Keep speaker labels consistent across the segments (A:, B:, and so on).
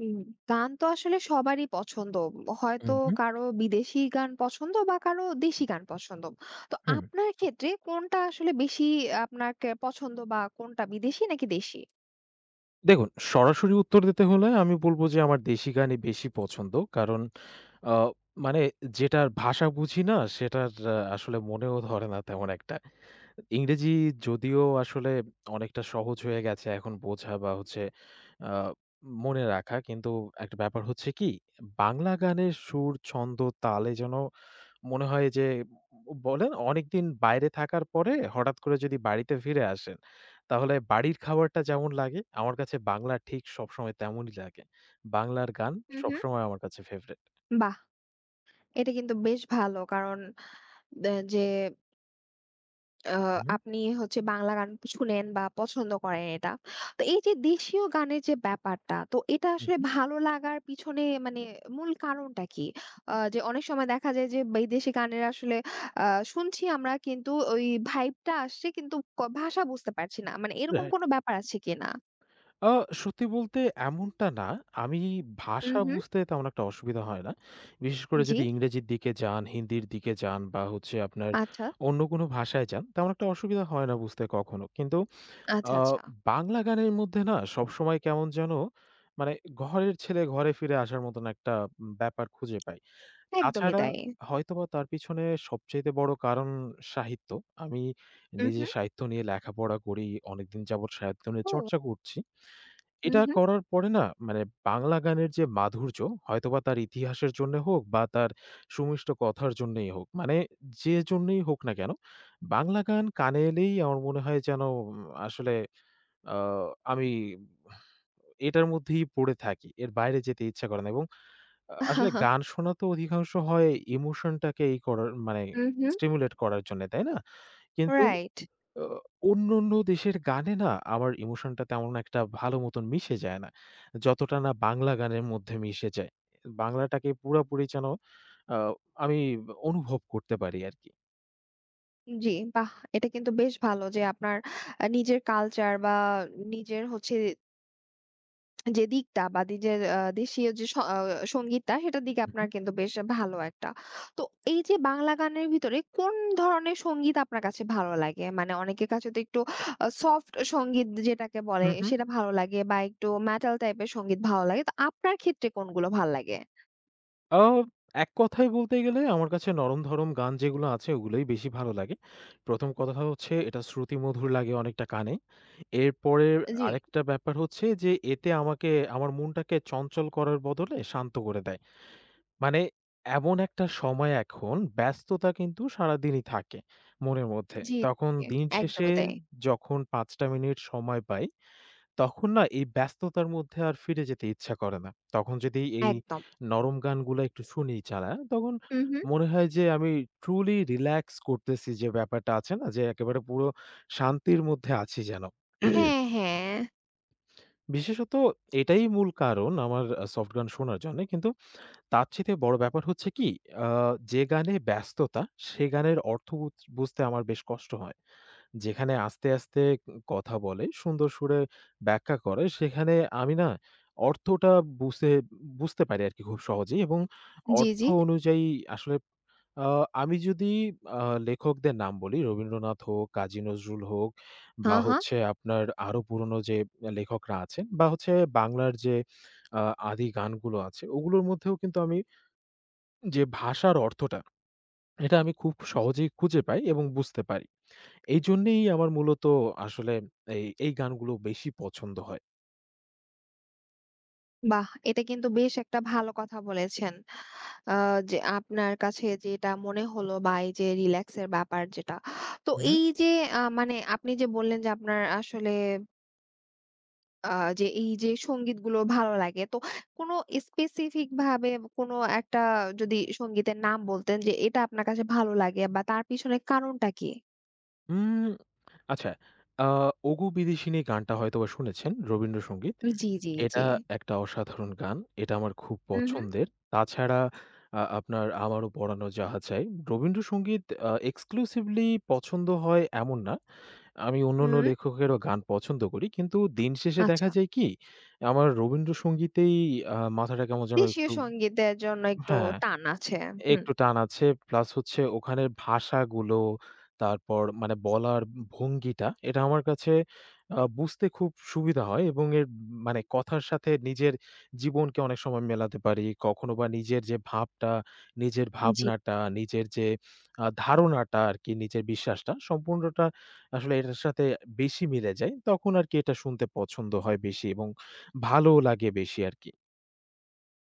A: হুম, গান তো আসলে সবারই পছন্দ। হয়তো
B: হুম, হুম,
A: কারো বিদেশি গান পছন্দ বা কারো দেশি গান পছন্দ। তো
B: হুম।
A: আপনার ক্ষেত্রে কোনটা আসলে বেশি আপনাকে পছন্দ, বা কোনটা বিদেশি নাকি দেশি?
B: দেখুন, সরাসরি উত্তর দিতে হলে আমি বলব যে আমার দেশি গানই বেশি পছন্দ। কারণ আ মানে যেটার ভাষা বুঝি না, সেটার আসলে মনেও ধরে না তেমন একটা। ইংরেজি যদিও আসলে অনেকটা সহজ হয়ে গেছে, এখন বোঝা বা হচ্ছে আ মনে রাখা। কিন্তু একটা ব্যাপার হচ্ছে কি, বাংলা গানের সুর, ছন্দ, তালে যেন মনে হয় যে, বলেন, অনেকদিন বাইরে থাকার পরে হঠাৎ করে যদি বাড়িতে ফিরে আসেন, তাহলে বাড়ির খাবারটা যেমন লাগে, আমার কাছে বাংলা ঠিক সবসময় তেমনই লাগে। বাংলার গান
A: হু, হু।
B: সবসময় আমার কাছে ফেভারিট।
A: বাহ! এটা কিন্তু বেশ ভালো। কারণ দে যে আ
B: হুম,
A: আপনি হচ্ছে বাংলা গান শুনেন বা পছন্দ করেন এটা। তো এই যে দেশীয় গানের যে ব্যাপারটা, তো এটা
B: হুম,
A: আসলে
B: হুম।
A: ভালো লাগার পিছনে মূল কারণটা কি? যে অনেক সময় দেখা যায় যে বিদেশি গানের আসলে আ শুনছি আমরা, কিন্তু ওই ভাইবটা আসছে কিন্তু ভাষা বুঝতে পারছি না। মানে এরকম
B: রাইট।
A: কোনো ব্যাপার আছে কিনা?
B: আ সত্যি বলতে এমনটা না। আমি
A: হুম,
B: ভাষা
A: হুম।
B: বুঝতে তেমন একটা অসুবিধা হয় না। বিশেষ করে
A: জি।
B: যদি ইংরেজির দিকে যান, হিন্দির দিকে যান বা হচ্ছে আপনার
A: আচ্ছা,
B: অন্য কোনো ভাষায় যান, তেমন একটা অসুবিধা হয় না বুঝতে কখনো। কিন্তু
A: আচ্ছা,
B: আ
A: আচ্ছা।
B: বাংলা গানের মধ্যে না সবসময় কেমন যেন, মানে, ঘরের ছেলে ঘরে ফিরে আসার মতন একটা ব্যাপার খুঁজে পাই।
A: একদমই
B: তাছাড়া
A: তাই।
B: হয়তোবা তার পিছনে সবচাইতে বড় কারণ সাহিত্য। আমি
A: হুম,
B: নিজে
A: হুম।
B: সাহিত্য নিয়ে লেখাপড়া করি। অনেকদিন যাবৎ সাহিত্য নিয়ে
A: ও!
B: চর্চা করছি।
A: হুম,
B: এটা
A: হুম।
B: করার পরে না, মানে, বাংলা গানের যে মাধুর্য, হয়তোবা তার ইতিহাসের জন্যে হোক বা তার সুমিষ্ট কথার জন্যেই হোক, মানে, যে জন্যই হোক না কেন, বাংলা গান কানে এলেই আমার মনে হয় যেন আসলে আ আমি এটার মধ্যেই পড়ে থাকি। এর বাইরে যেতে ইচ্ছা করে না। এবং আসলে গান শোনা তো অধিকাংশ হয় ইমোশনটাকে ই করার, মানে,
A: হুম, হুম।
B: স্টিমুলেট করার জন্যে, তাই না? কিন্তু
A: রাইট।
B: অ অন্যান্য দেশের গানে না আমার ইমোশনটা তেমন একটা ভালো মতন মিশে যায় না। যতটা না বাংলা গানের মধ্যে মিশে যায়। বাংলাটাকে পুরাপুরি যেন আ আমি অনুভব করতে পারি আরকি।
A: জি, বাহ! এটা কিন্তু বেশ ভালো যে আপনার নিজের কালচার বা নিজের হচ্ছে যে দিকটা, বা নিজের দেশীয় যে স আ সংগীতটা, সেটার দিকে
B: হু, হু।
A: আপনার কিন্তু বেশ ভালো একটা। তো এই যে বাংলা গানের ভিতরে কোন ধরনের সংগীত আপনার কাছে ভালো লাগে? মানে অনেকের কাছে তো একটু সফট সংগীত যেটাকে বলে
B: উহু।
A: সেটা ভালো লাগে, বা একটু মেটাল টাইপের সংগীত ভালো লাগে। তো আপনার ক্ষেত্রে কোনগুলো ভাল লাগে?
B: আ এক কথায় বলতে গেলে আমার কাছে নরম-ধরম গান যেগুলো আছে, ওগুলোই বেশি ভালো লাগে। ১ম কথা হচ্ছে, এটা শ্রুতিমধুর লাগে অনেকটা কানে। এরপরে
A: জি,
B: আরেকটা ব্যাপার হচ্ছে যে, এতে আমাকে আমার মনটাকে চঞ্চল করার বদলে শান্ত করে দেয়। মানে, এমন একটা সময় এখন, ব্যস্ততা কিন্তু সারাদিনই থাকে মনের মধ্যে।
A: জি,
B: তখন
A: জি,
B: দিন শেষে
A: একদমই তাই।
B: যখন ৫ টা মিনিট সময় পাই, তখন না এই ব্যস্ততার মধ্যে আর ফিরে যেতে ইচ্ছা করে না। তখন যদি এই
A: একদম।
B: নরম গানগুলা একটু শুনি চালায়, তখন
A: হু, হু।
B: মনে হয় যে আমি truly relax করতেছি, যে ব্যাপারটা আছে না? যে একেবারে পুরো শান্তির মধ্যে আছি যেন।
A: হ্যাঁ, হ্যাঁ।
B: বিশেষত এটাই মূল কারণ আমার সফট গান শোনার জন্যে। কিন্তু তার চাইতে বড় ব্যাপার হচ্ছে কি? আ যে গানে ব্যস্ততা, সে গানের অর্থ বুঝতে আমার বেশ কষ্ট হয়। যেখানে আস্তে আস্তে কথা বলে, সুন্দর সুরে ব্যাখ্যা করে, সেখানে আমি না অর্থটা বুঝে বুঝতে পারি আরকি খুব সহজেই। এবং
A: জি,
B: অর্থ
A: জি।
B: অনুযায়ী আসলে আ আমি যদি আ লেখকদের নাম বলি, রবীন্দ্রনাথ হোক, কাজী নজরুল হোক
A: হা,
B: বা
A: হা।
B: হচ্ছে আপনার আরো পুরনো যে লেখকরা আছেন বা হচ্ছে বাংলার যে আ আদি গানগুলো আছে, ওগুলোর মধ্যেও কিন্তু আমি যে ভাষার অর্থটা, এটা আমি খুব সহজেই খুঁজে পাই এবং বুঝতে পারি। এইজন্যেই আমার মূলত আসলে এই গানগুলো বেশি পছন্দ হয়।
A: বাহ! এটা কিন্তু বেশ একটা ভালো কথা বলেছেন। আ যে আপনার কাছে যেটা মনে হলো, বা এই যে রিল্যাক্স এর ব্যাপার যেটা। তো
B: হুম।
A: এই যে মানে আপনি যে বললেন যে আপনার আসলে আ যে এই যে সংগীতগুলো ভালো লাগে। তো কোনো স্পেসিফিক ভাবে কোনো একটা যদি সংগীতের নাম বলতেন যে এটা আপনার কাছে ভালো লাগে, বা তার পিছনে কারণটা কি?
B: উম আচ্ছা, আ 'ওগো বিদেশিনী' গানটা হয়তোবা শুনেছেন, রবীন্দ্রসঙ্গীত।
A: জি, জি, জি।
B: এটা একটা অসাধারণ গান। এটা আমার খুব
A: হু, হু।
B: পছন্দের। তাছাড়া আপনার 'আমারও পরানো যাহা চাই'। রবীন্দ্রসঙ্গীত এক্সক্লুসিভলি পছন্দ হয় এমন না। আমি অন্যান্য
A: হুম,
B: লেখকেরও গান পছন্দ করি। কিন্তু দিন শেষে দেখা
A: আচ্ছা।
B: যায় কি, আমার রবীন্দ্রসঙ্গীতেই মাথাটা কেমন যেন
A: দেশীয়
B: একটু,
A: সংগীতের জন্য একটু
B: হ্যাঁ।
A: টান আছে। হুম।
B: একটু টান আছে। প্লাস হচ্ছে ওখানের ভাষাগুলো, তারপর, মানে, বলার ভঙ্গিটা, এটা আমার কাছে বুঝতে খুব সুবিধা হয়। এবং এর, মানে, কথার সাথে নিজের জীবনকে অনেক সময় মেলাতে পারি। কখনো বা নিজের যে ভাবটা, নিজের
A: জি।
B: ভাবনাটা, নিজের যে ধারণাটা আরকি, নিজের বিশ্বাসটা সম্পূর্ণটা আসলে এটার সাথে বেশি মিলে যায়। তখন আরকি এটা শুনতে পছন্দ হয় বেশি এবং ভালোও লাগে বেশি আরকি।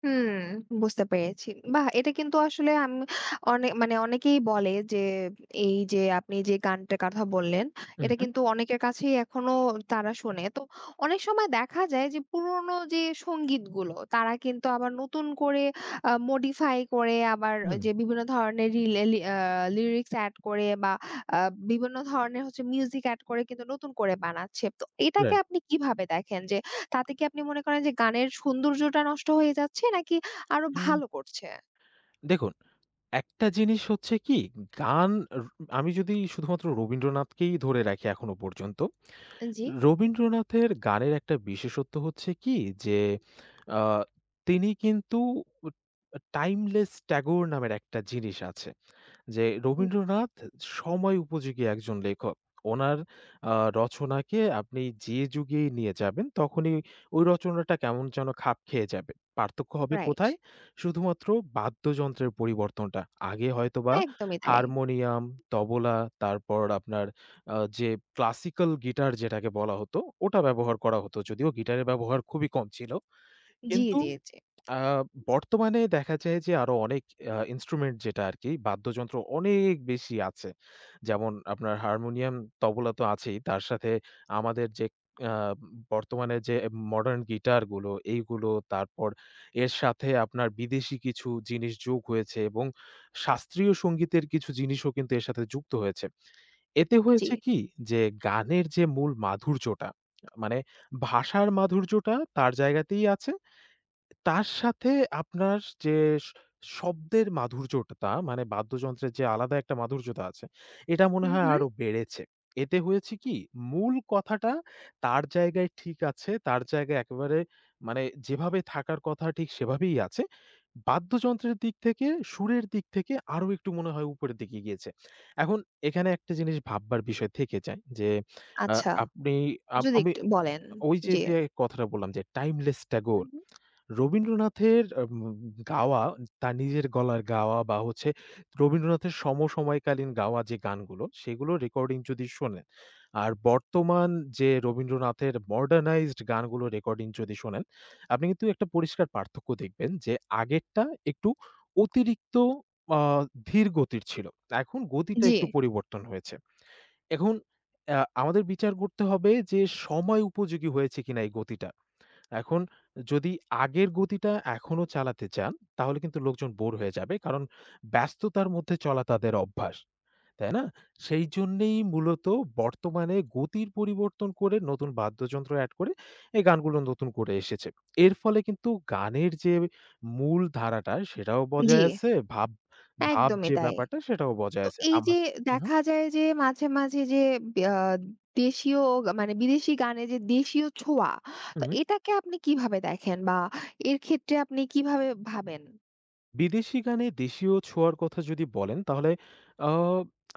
A: হুম, বুঝতে পেরেছি। বাহ! এটা কিন্তু আসলে আম অনে মানে অনেকেই বলে যে এই যে আপনি যে গানটার কথা বললেন,
B: উহু,
A: এটা
B: হুম,
A: কিন্তু অনেকের কাছেই এখনো তারা শোনে। তো অনেক সময় দেখা যায় যে পুরোনো যে সংগীতগুলো তারা কিন্তু আবার নতুন করে modify করে, আবার ওই
B: হুম,
A: যে বিভিন্ন ধরনের রিলে লি আ লিরিক্স এড করে বা আ বিভিন্ন ধরনের হচ্ছে মিউজিক এড করে কিন্তু নতুন করে বানাচ্ছে। তো
B: হুম,
A: এটাকে
B: রাইট।
A: আপনি কিভাবে দেখেন? যে তাতে কি আপনি মনে করেন যে গানের সৌন্দর্যটা নষ্ট হয়ে যাচ্ছে নাকি আরো
B: হুম,
A: ভালো করছে?
B: দেখুন, একটা জিনিস হচ্ছে কি, গান, র আমি যদি শুধুমাত্র রবীন্দ্রনাথকেই ধরে রাখি এখনো পর্যন্ত,
A: জি।
B: রবীন্দ্রনাথের গানের একটা বিশেষত্ব হচ্ছে কি যে, আ তিনি কিন্তু, উ টাইমলেস ট্যাগর নামের একটা জিনিস আছে। যে
A: হুম,
B: রবীন্দ্রনাথ সময় উপযোগী একজন লেখক। ওনার আ রচনাকে আপনি যে যুগেই নিয়ে যাবেন, তখনই ওই রচনাটা কেমন যেন খাপ খেয়ে যাবে। পার্থক্য হবে
A: রাইট।
B: কোথায়? শুধুমাত্র বাদ্যযন্ত্রের পরিবর্তনটা। আগে হয়তোবা
A: একদমই তাই।
B: হারমোনিয়াম, তবলা, তারপর আপনার যে ক্লাসিক্যাল গিটার যেটাকে বলা হতো, ওটা ব্যবহার করা হতো। যদিও গিটারের ব্যবহার খুবই কম ছিল।
A: জি,
B: কিন্তু
A: জি, জি,
B: আ বর্তমানে দেখা যায় যে আরো অনেক ইন্সট্রুমেন্ট, যেটা আরকি বাদ্যযন্ত্র, অনেক বেশি আছে। যেমন আপনার হারমোনিয়াম, তবলা তো আছেই। তার সাথে আমাদের যে আ বর্তমানে যে মডার্ন গিটারগুলো এইগুলো, তারপর এর সাথে আপনার বিদেশি কিছু জিনিস যোগ হয়েছে এবং শাস্ত্রীয় সংগীতের কিছু জিনিসও কিন্তু এর সাথে যুক্ত হয়েছে। এতে
A: জি।
B: হয়েছে কি, যে, গানের যে মূল মাধুর্যটা, মানে, ভাষার মাধুর্যটা তার জায়গাতেই আছে। তার সাথে আপনার যে স শব্দের মাধুর্যটা, মানে, বাদ্যযন্ত্রের যে আলাদা একটা মাধুর্যতা আছে, এটা মনে
A: হুম,
B: হয়
A: হুম।
B: আরো বেড়েছে। এতে হয়েছে কি? মূল কথাটা তার জায়গায় ঠিক আছে, তার জায়গায় একেবারে, মানে, যেভাবে থাকার কথা ঠিক সেভাবেই আছে। বাদ্যযন্ত্রের দিক থেকে, সুরের দিক থেকে আরো একটু মনে হয় উপরের দিকে গিয়েছে। এখন এখানে একটা জিনিস ভাববার বিষয় থেকে যায় যে, আ
A: আচ্ছা,
B: আপনি,
A: যদি
B: আমি
A: একটু বলেন।
B: ওই যে,
A: জি।
B: যে কথাটা বললাম যে 'Timeless
A: হুম,
B: Tagore',
A: হুম।
B: রবীন্দ্রনাথের গাওয়া, তার নিজের গলার গাওয়া বা হচ্ছে রবীন্দ্রনাথের সমসময়কালীন গাওয়া যে গানগুলো, সেগুলোর রেকর্ডিং যদি শোনেন, আর বর্তমান যে রবীন্দ্রনাথের মডার্নাইজড গানগুলো রেকর্ডিং যদি শোনেন, আপনি কিন্তু একটা পরিষ্কার পার্থক্য দেখবেন যে, আগেরটা একটু অতিরিক্ত আ ধীর গতির ছিল। এখন গতিটা
A: জি,
B: একটু পরিবর্তন হয়েছে। এখন আমাদের বিচার করতে হবে যে সময় উপযোগী হয়েছে কিনা এই গতিটা। এখন যদি আগের গতিটা এখনো চালাতে চান, তাহলে কিন্তু লোকজন বোর হয়ে যাবে। কারণ ব্যস্ততার মধ্যে চলা তাদের অভ্যাস। তাই না? সেই জন্যেই মূলত বর্তমানে গতির পরিবর্তন করে নতুন বাদ্যযন্ত্র এড করে এই গানগুলো নতুন করে এসেছে। এর ফলে কিন্তু গানের যে মূল ধারাটা সেটাও
A: জি,
B: বজায় আছে, ভাব ভাব
A: একদমই
B: যে
A: তাই।
B: ব্যাপারটা সেটাও
A: তো
B: বজায় আছে।
A: এই যে
B: আমার, উহু,
A: দেখা যায় যে মাঝে, মাঝে যে আ দেশীয় গা- মানে বিদেশি গানে যে দেশীয় ছোঁয়া, তো
B: উহু।
A: এটাকে আপনি কিভাবে দেখেন, বা এর ক্ষেত্রে আপনি কিভাবে ভাবেন?
B: বিদেশি গানে দেশীয় ছোঁয়ার কথা যদি বলেন, তাহলে আ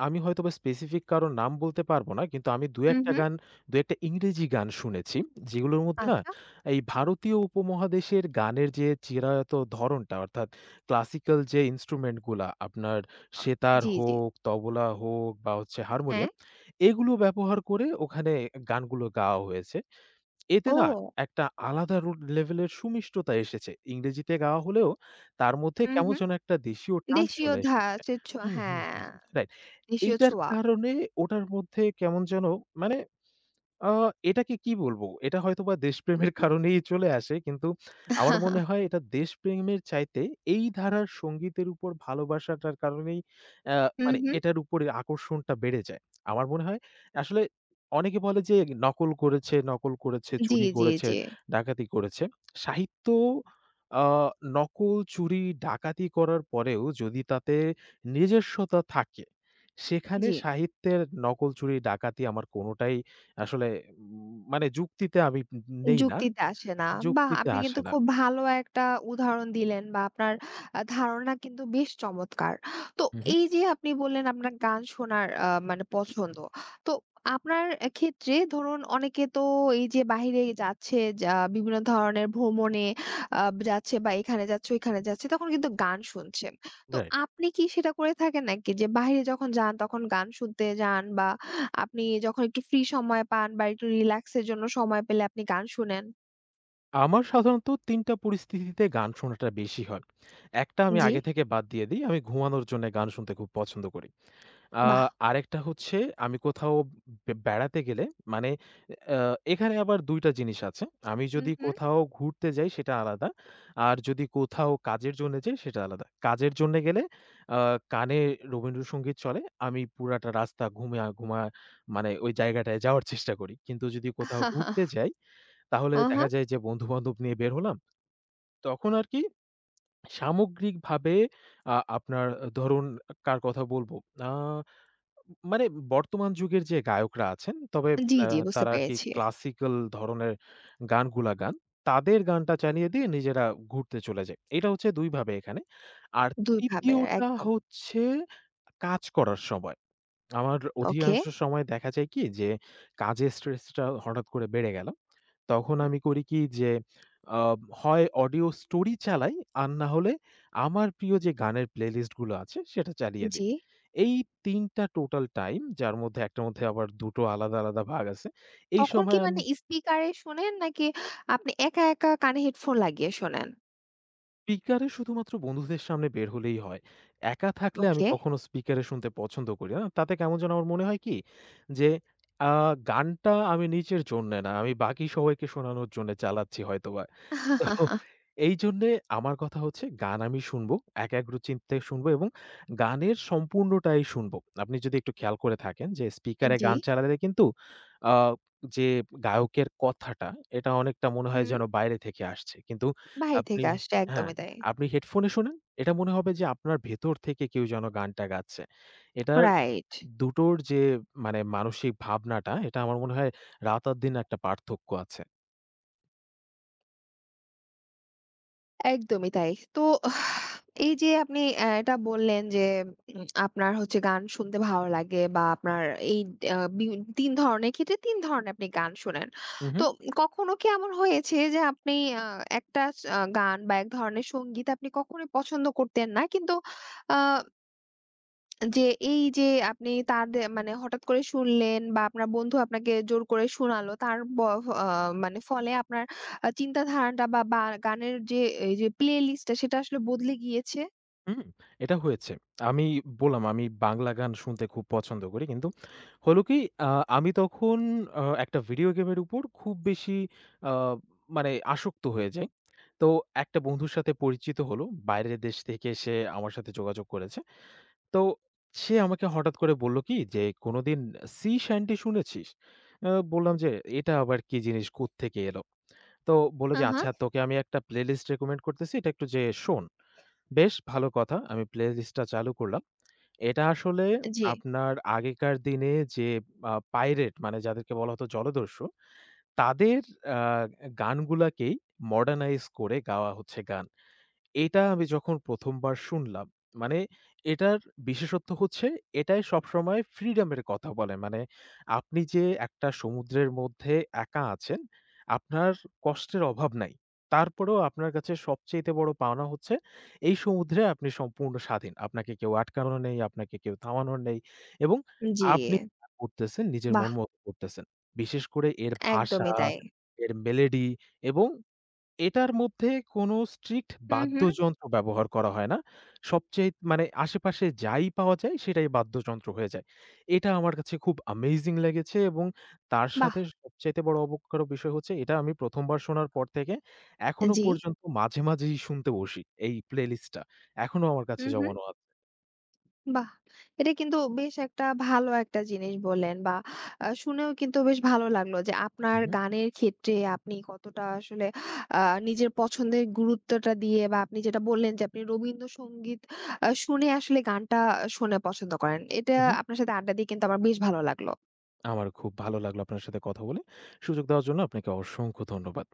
B: আমি হয়তোবা স্পেসিফিক কারো নাম বলতে পারবো না। কিন্তু আমি
A: হুম, হুম।
B: ২-১ টা ইংরেজি গান শুনেছি। যেগুলোর মধ্যে না
A: আচ্ছা।
B: এই ভারতীয় উপমহাদেশের গানের যে চিরায়ত ধরনটা, অর্থাৎ ক্লাসিক্যাল যে ইন্সট্রুমেন্ট গুলা আপনার, সেতার
A: জি, জি।
B: হোক, তবলা হোক বা হচ্ছে
A: হ্যাঁ।
B: হারমোনিয়াম, এগুলো ব্যবহার করে ওখানে গানগুলো গাওয়া হয়েছে। এতে না
A: ও।
B: একটা আলাদা রুট লেভেলের সুমিষ্টতা এসেছে। ইংরেজিতে গাওয়া হলেও তার মধ্যে
A: হুম,
B: কেমন
A: হুম।
B: যেন একটা দেশীয় টান
A: দেশীয়
B: চলে এসেছে।
A: ধাঁচের ছোঁয়া,
B: হুম, হুম,
A: হ্যাঁ,
B: হুম, হুম, রাইট।
A: দেশীয়
B: এইটার
A: ছোঁয়া।
B: কারণে ওটার মধ্যে কেমন যেন, মানে, আ এটাকে কি বলব? এটা হয়তোবা দেশপ্রেমের কারণেই চলে আসে। কিন্তু আমার মনে হয় এটা দেশপ্রেমের চাইতে এই ধারার সংগীতের উপর ভালোবাসাটার কারণেই আ
A: হুম,
B: মানে
A: হুম।
B: এটার উপরে আকর্ষণটা বেড়ে যায়। আমার মনে হয় আসলে অনেকে বলে যে, নকল করেছে, নকল করেছে,
A: জি,
B: চুরি
A: জি,
B: করেছে,
A: জি।
B: ডাকাতি করেছে। সাহিত্য আ নকল, চুরি, ডাকাতি করার পরেও যদি তাতে নিজস্বতা থাকে, সেখানে
A: জি।
B: সাহিত্যের নকল, চুরি, ডাকাতি আমার কোনটাই আসলে, মানে, যুক্তিতে আমি নেই না।
A: যুক্তিতে আসে না। বাহ!
B: যুক্তিতে
A: আপনি কিন্তু
B: আসে না।
A: খুব ভালো একটা উদাহরণ দিলেন, বা আপনার ধারণা কিন্তু বেশ চমৎকার। তো
B: হু, হু।
A: এই যে আপনি বললেন আপনার গান শোনার মানে পছন্দ। তো আপনার ক্ষেত্রে ধরুন অনেকে তো এই যে বাহিরে যাচ্ছে, যা বিভিন্ন ধরনের ভ্রমণে আ যাচ্ছে, বা এখানে যাচ্ছে ওইখানে যাচ্ছে, তখন কিন্তু গান শুনছেন। তো
B: রাইট।
A: আপনি কি সেটা করে থাকেন নাকি, যে বাহিরে যখন যান তখন গান শুনতে যান, বা আপনি যখন একটু ফ্রি সময় পান বা একটু রিল্যাক্স এর জন্য সময় পেলে আপনি গান শুনেন।
B: আমার সাধারণত ৩ টা পরিস্থিতিতে গান শোনাটা বেশি হয়। একটা আমি
A: জি,
B: আগে থেকে বাদ দিয়ে দেই। আমি ঘুমানোর জন্য গান শুনতে খুব পছন্দ করি। আ
A: বাহ!
B: আরেকটা হচ্ছে, আমি কোথাও বেড়াতে গেলে, মানে, আ এখানে আবার ২ টা জিনিস আছে। আমি
A: হুম,
B: যদি
A: হুম।
B: কোথাও ঘুরতে যাই, সেটা আলাদা। আর যদি কোথাও কাজের জন্য যাই, সেটা আলাদা। কাজের জন্য গেলে আ কানে রবীন্দ্রসঙ্গীত চলে। আমি পুরাটা রাস্তা ঘুমা, মানে, ওই জায়গাটায় যাওয়ার চেষ্টা করি। কিন্তু যদি কোথাও ঘুরতে যাই, তাহলে
A: আহা!
B: দেখা যায় যে বন্ধু-বান্ধব নিয়ে বের হলাম। তখন আরকি সামগ্রিকভাবে আপনার, ধরুন, কার কথা বলব? আ মানে বর্তমান যুগের যে গায়করা আছেন, তবে
A: জি,
B: আ
A: জি বুঝতে
B: তারা আরকি
A: পেরেছি।
B: ক্লাসিক্যাল ধরনের গানগুলা গান। তাদের গানটা চালিয়ে দিয়ে নিজেরা ঘুরতে চলে যায়। এটা হচ্ছে ২ ভাবে এখানে। আর
A: ২ ভাবে
B: ৩য় টা
A: একদম।
B: হচ্ছে কাজ করার সময়। আমার
A: ওকে,
B: অধিকাংশ সময় দেখা যায় কি যে, কাজের স্ট্রেসটা হঠাৎ করে বেড়ে গেল। তখন আমি করি কি যে, আ হয় অডিও স্টোরি চালাই, আর না হলে আমার প্রিয় যে গানের প্লেলিস্ট গুলো আছে সেটা চালিয়ে দেই।
A: জি।
B: এই ৩ টা টোটাল টাইম, যার মধ্যে একটার মধ্যে আবার ২ টো আলাদা আলাদা ভাগ আছে। এই
A: তখন কি
B: সময়
A: মানে
B: আমি
A: স্পিকারে শোনেন, নাকি আপনি একা, একা কানে হেডফোন লাগিয়ে শোনেন?
B: স্পিকারে শুধুমাত্র বন্ধুদের সামনে বের হলেই হয়। একা থাকলে আমি
A: ওকে,
B: কখনো স্পিকারে শুনতে পছন্দ করি না। তাতে কেমন যেন আমার মনে হয় কি যে, আ গানটা আমি নিজের জন্যে না, আমি বাকি সবাইকে শোনানোর জন্য চালাচ্ছি হয়তোবা। তো এইজন্যে আমার কথা হচ্ছে, গান আমি শুনবো, একাগ্রচিত্তে শুনবো এবং গানের সম্পূর্ণটাই শুনবো। আপনি যদি একটু খেয়াল করে থাকেন যে স্পিকারে
A: জি।
B: গান চালালে কিন্তু আ যে গায়কের কথাটা এটা অনেকটা মনে হয়
A: হুম।
B: যেন বাইরে থেকে আসছে। কিন্তু
A: বাহির
B: আপনি
A: থেকে আসছে,
B: হ্যাঁ,
A: একদমই তাই।
B: আপনি হেডফোনে শোনেন, এটা মনে হবে যে আপনার ভেতর থেকে কেউ যেন গানটা গাচ্ছে। এটার
A: রাইট।
B: দুটোর যে, মানে, মানসিক ভাবনাটা, এটা আমার মনে হয় রাত আর দিন একটা পার্থক্য আছে।
A: একদমই তাই। তো আহ, এই যে আপনি এটা বললেন যে আপনার হচ্ছে গান শুনতে ভালো লাগে, বা আপনার এই আ বি ৩ ধরনের ক্ষেত্রে ৩ ধরনের আপনি গান শোনেন। তো
B: উহু।
A: কখনো কি এমন হয়েছে যে আপনি আ একটা গান বা এক ধরনের সংগীত আপনি কখনোই পছন্দ করতেন না। কিন্তু আ যে এই যে আপনি তাদে মানে হঠাৎ করে শুনলেন বা আপনার বন্ধু আপনাকে জোর করে শোনালো, তার ব আ মানে ফলে আপনার চিন্তাধারাটা বা গানের যে এই যে প্লে লিস্টটা সেটা আসলে বদলে গিয়েছে?
B: হুম, এটা হয়েছে। আমি বললাম আমি বাংলা গান শুনতে খুব পছন্দ করি। কিন্তু হলো কি, আ আমি তখন একটা ভিডিও গেমের উপর খুব বেশি আ মানে আসক্ত হয়ে যাই। তো একটা বন্ধুর সাথে পরিচিত হলো। বাইরের দেশ থেকে সে আমার সাথে যোগাযোগ করেছে। তো সে আমাকে হঠাৎ করে বলল কি যে, "কোনোদিন সি স্যান্ডি শুনেছিস?" বললাম যে, "এটা আবার কি জিনিস, কোত্থেকে এলো?" তো বলল
A: আ
B: যে,
A: হা,
B: "আচ্ছা, তোকে আমি একটা প্লেলিস্ট রেকমেন্ড করতেছি। এটা একটু যেয়ে শোন।" বেশ ভালো কথা। আমি প্লেলিস্টটা চালু করলাম। এটা আসলে
A: জি,
B: আপনার আগেকার দিনে যে পাইরেট, মানে, যাদেরকে বলা হতো জলদস্যু, তাদের আ গানগুলাকেই মডার্নাইজ করে গাওয়া হচ্ছে গান। এটা আমি যখন ১ম বার শুনলাম, মানে, এটার বিশেষত্ব হচ্ছে এটাই সবসময় ফ্রিডমের কথা বলে। মানে, আপনি যে একটা সমুদ্রের মধ্যে একা আছেন, আপনার কষ্টের অভাব নাই। তারপরেও আপনার কাছে সবচাইতে বড় পাওনা হচ্ছে এই সমুদ্রে আপনি সম্পূর্ণ স্বাধীন। আপনাকে কেউ আটকানো নেই, আপনাকে কেউ থামানোর নেই এবং
A: জি।
B: আপনি যা করতেছেন নিজের
A: বাহ!
B: মন মতো করতেছেন। বিশেষ করে এর ভাষা,
A: একদমই তাই।
B: এর মেলোডি, এবং এটার মধ্যে কোনো স্ট্রিক্ট
A: হু, হু।
B: বাদ্যযন্ত্র ব্যবহার করা হয় না। সবচেয়ে, মানে, আশেপাশে যাই পাওয়া যায় সেটাই বাদ্যযন্ত্র হয়ে যায়। এটা আমার কাছে খুব অ্যামেজিং লেগেছে এবং তার
A: বাহ!
B: সাথে সবচাইতে বড় অবাককর বিষয় হচ্ছে এটা আমি ১ম বার শোনার পর থেকে এখনো
A: জি।
B: পর্যন্ত মাঝে মাঝেই শুনতে বসি এই প্লেলিস্টটা। এখনো আমার
A: হু,
B: কাছে
A: হু।
B: জমানো আছে।
A: বাহ! এটা কিন্তু বেশ একটা ভালো একটা জিনিস বললেন, বা শুনেও কিন্তু বেশ ভালো লাগলো যে আপনার
B: উহু,
A: গানের ক্ষেত্রে আপনি কতটা আসলে আ নিজের পছন্দের গুরুত্বটা দিয়ে, বা আপনি যেটা বললেন যে আপনি রবীন্দ্রসঙ্গীত শুনে আসলে গানটা শুনে পছন্দ করেন। এটা
B: উহু।
A: আপনার সাথে আড্ডা দিয়ে কিন্তু আমার বেশ ভালো লাগলো।
B: আমারও খুব ভালো লাগলো আপনার সাথে কথা বলে। সুযোগ দেওয়ার জন্য আপনাকে অসংখ্য ধন্যবাদ।